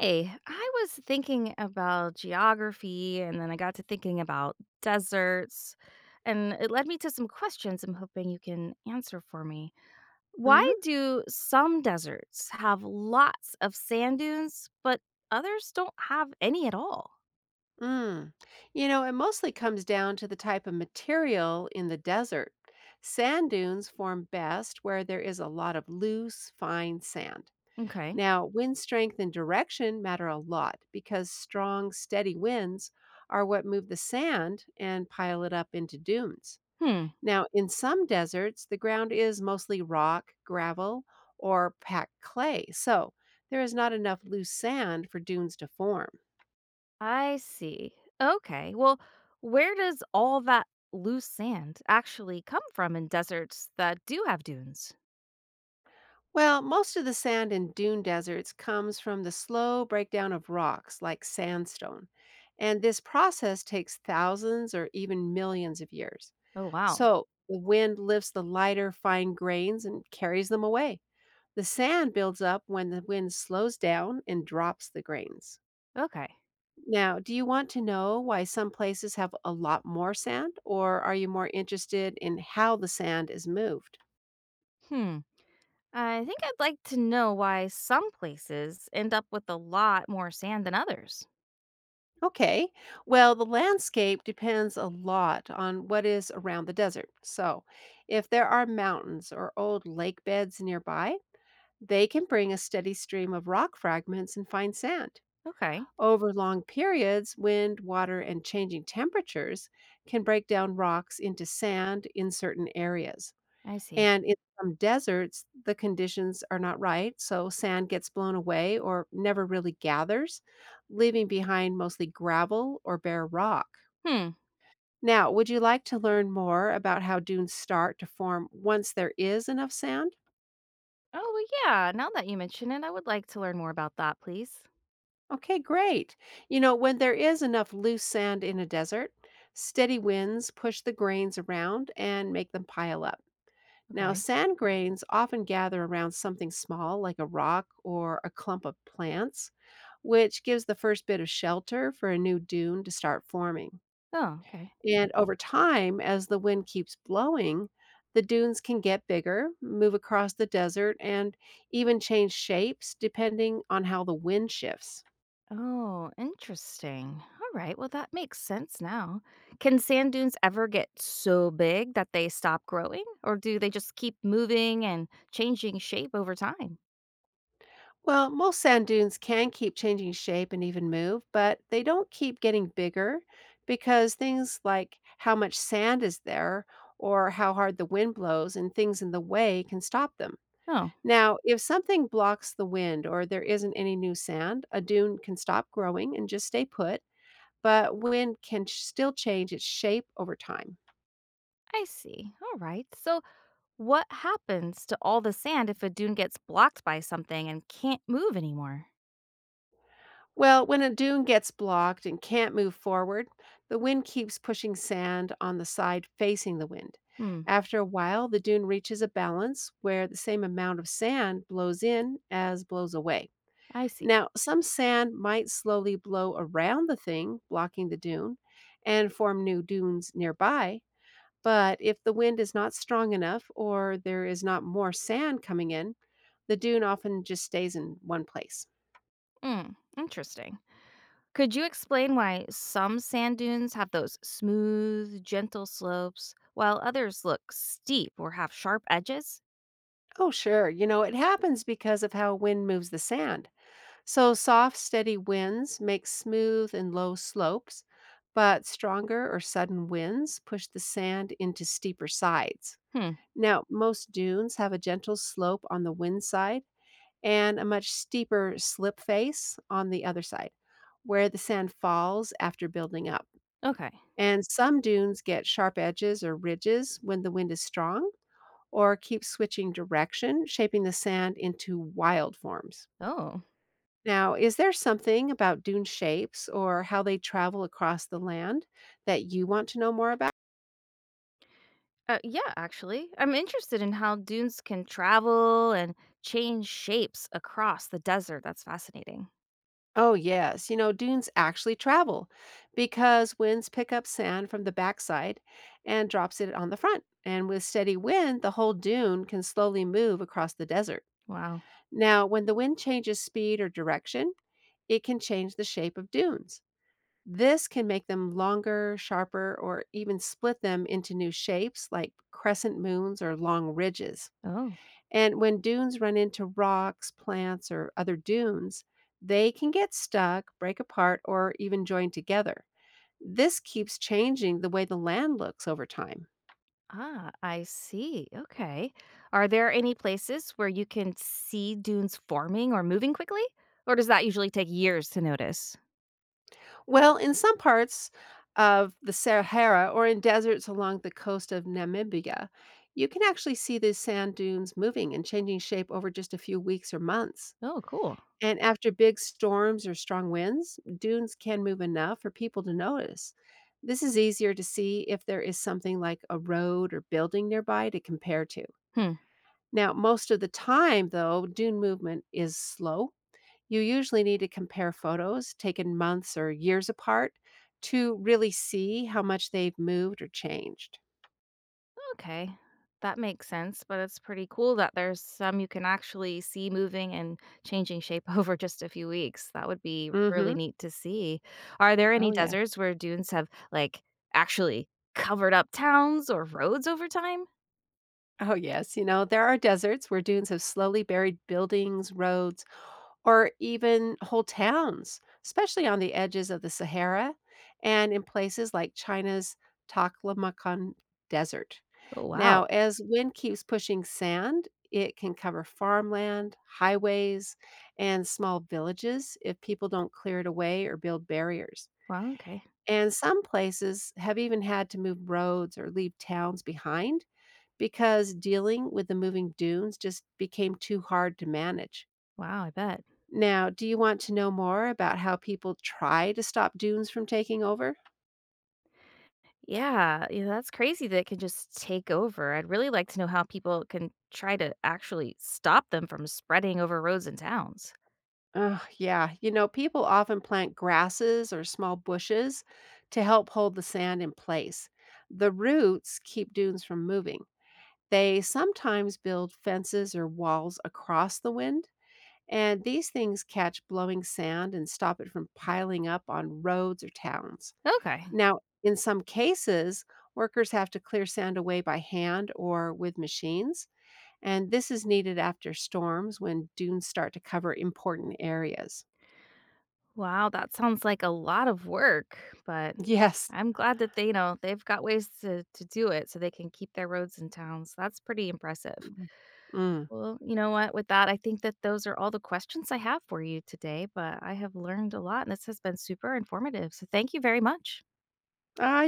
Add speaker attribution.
Speaker 1: Hey, I was thinking about geography and then I got to thinking about deserts, and it led me to some questions I'm hoping you can answer for me. Why
Speaker 2: Mhm.
Speaker 1: do some deserts have lots of sand dunes, but others don't have any at all?
Speaker 2: Mm. You know, it mostly comes down to the type of material in the desert. Sand dunes form best where there is a lot of loose, fine sand.
Speaker 1: Okay.
Speaker 2: Now, wind strength and direction matter a lot because strong, steady winds are what move the sand and pile it up into dunes.
Speaker 1: Hmm.
Speaker 2: Now, in some deserts, the ground is mostly rock, gravel, or packed clay, so there is not enough loose sand for dunes to form.
Speaker 1: I see. Okay. Well, where does all that loose sand actually come from in deserts that do have dunes?
Speaker 2: Well, most of the sand in dune deserts comes from the slow breakdown of rocks like sandstone. And this process takes thousands or even millions of years.
Speaker 1: Oh, wow.
Speaker 2: So the wind lifts the lighter, fine grains and carries them away. The sand builds up when the wind slows down and drops the grains.
Speaker 1: Okay.
Speaker 2: Now, do you want to know why some places have a lot more sand, or are you more interested in how the sand is moved?
Speaker 1: Hmm. I think I'd like to know why some places end up with a lot more sand than others.
Speaker 2: Okay. Well, the landscape depends a lot on what is around the desert. So, if there are mountains or old lake beds nearby, they can bring a steady stream of rock fragments and fine sand.
Speaker 1: Okay,
Speaker 2: Over long periods, wind, water, and changing temperatures can break down rocks into sand in certain areas.
Speaker 1: I see.
Speaker 2: And in some deserts, the conditions are not right, so sand gets blown away or never really gathers, leaving behind mostly gravel or bare rock.
Speaker 1: Hmm.
Speaker 2: Now, would you like to learn more about how dunes start to form once there is enough sand?
Speaker 1: Oh, well, yeah, now that you mention it, I would like to learn more about that, please.
Speaker 2: Okay, great. You know, when there is enough loose sand in a desert, steady winds push the grains around and make them pile up. Now,
Speaker 1: Okay.
Speaker 2: sand grains often gather around something small like a rock or a clump of plants, which gives the first bit of shelter for a new dune to start forming.
Speaker 1: Oh, okay.
Speaker 2: And over time, as the wind keeps blowing, the dunes can get bigger, move across the desert, and even change shapes depending on how the wind shifts.
Speaker 1: Oh, interesting. All right, well, that makes sense now. Can sand dunes ever get so big that they stop growing, or do they just keep moving and changing shape over time?
Speaker 2: Well, most sand dunes can keep changing shape and even move, but they don't keep getting bigger because things like how much sand is there or how hard the wind blows and things in the way can stop them.
Speaker 1: Oh,
Speaker 2: Now, if something blocks the wind or there isn't any new sand, a dune can stop growing and just stay put, but wind can still change its shape over time.
Speaker 1: I see. All right. So, what happens to all the sand if a dune gets blocked by something and can't move anymore?
Speaker 2: Well, when a dune gets blocked and can't move forward, the wind keeps pushing sand on the side facing the wind.
Speaker 1: Hmm,
Speaker 2: After a while, the dune reaches a balance where the same amount of sand blows in as blows away.
Speaker 1: I see.
Speaker 2: Now, some sand might slowly blow around the thing blocking the dune and form new dunes nearby, but if the wind is not strong enough or there is not more sand coming in, the dune often just stays in one place.
Speaker 1: Hmm, interesting. Could you explain why some sand dunes have those smooth, gentle slopes, while others look steep or have sharp edges?
Speaker 2: Oh, sure. You know, it happens because of how wind moves the sand. So, soft, steady winds make smooth and low slopes, but stronger or sudden winds push the sand into steeper sides.
Speaker 1: Hmm,
Speaker 2: Now, most dunes have a gentle slope on the wind side and a much steeper slip face on the other side, where the sand falls after building up.
Speaker 1: okay.
Speaker 2: And some dunes get sharp edges or ridges when the wind is strong or keep switching direction, shaping the sand into wild forms.
Speaker 1: Oh.
Speaker 2: Now, is there something about dune shapes or how they travel across the land that you want to know more about?
Speaker 1: Yeah, actually, I'm interested in how dunes can travel and change shapes across the desert. That's fascinating.
Speaker 2: Oh, yes. You know, dunes actually travel because winds pick up sand from the backside and drops it on the front. And with steady wind, the whole dune can slowly move across the desert.
Speaker 1: Wow.
Speaker 2: Now, when the wind changes speed or direction, it can change the shape of dunes. This can make them longer, sharper, or even split them into new shapes like crescent moons or long ridges.
Speaker 1: Oh.
Speaker 2: And when dunes run into rocks, plants, or other dunes, they can get stuck, break apart, or even join together. This keeps changing the way the land looks over time.
Speaker 1: Ah, I see. Okay. Are there any places where you can see dunes forming or moving quickly? Or does that usually take years to notice?
Speaker 2: Well, in some parts of the Sahara or in deserts along the coast of Namibia, you can actually see these sand dunes moving and changing shape over just a few weeks or months.
Speaker 1: Oh, cool.
Speaker 2: And after big storms or strong winds, dunes can move enough for people to notice. This is easier to see if there is something like a road or building nearby to compare to.
Speaker 1: Hmm.
Speaker 2: Now, most of the time, though, dune movement is slow you usually need to compare photos taken months or years apart to really see how much they've moved or changed.
Speaker 1: Okay. That makes sense, but it's pretty cool that there's some you can actually see moving and changing shape over just a few weeks. That would be really
Speaker 2: Mhm.
Speaker 1: neat to see. Are there any
Speaker 2: Oh, yes.
Speaker 1: deserts where dunes have like actually covered up towns or roads over time?
Speaker 2: Oh, yes. You know, there are deserts where dunes have slowly buried buildings, roads, or even whole towns, especially on the edges of the Sahara and in places like China's Taklamakan Desert.
Speaker 1: Oh, wow.
Speaker 2: Now, as wind keeps pushing sand, it can cover farmland, highways, and small villages if people don't clear it away or build barriers.
Speaker 1: Wow. Okay.
Speaker 2: And some places have even had to move roads or leave towns behind because dealing with the moving dunes just became too hard to manage.
Speaker 1: Wow, I bet.
Speaker 2: Now, do you want to know more about how people try to stop dunes from taking over?
Speaker 1: Yeah, you know, that's crazy that it can just take over. I'd really like to know how people can try to actually stop them from spreading over roads and towns.
Speaker 2: Ugh, yeah. You know, people often plant grasses or small bushes to help hold the sand in place. The roots keep dunes from moving. They sometimes build fences or walls across the wind, and these things catch blowing sand and stop it from piling up on roads or towns.
Speaker 1: Okay.
Speaker 2: Now, in some cases, workers have to clear sand away by hand or with machines and this is needed after storms when dunes start to cover important areas.
Speaker 1: Wow, that sounds like a lot of work, but
Speaker 2: Yes.
Speaker 1: I'm glad that they, you know, they've got ways to, do it so they can keep their roads and towns. That's pretty impressive.
Speaker 2: Mm.
Speaker 1: Well, you know what? With that, I think that those are all the questions I have for you today, but I have learned a lot and this has been super informative. So thank you very much.
Speaker 2: Mm.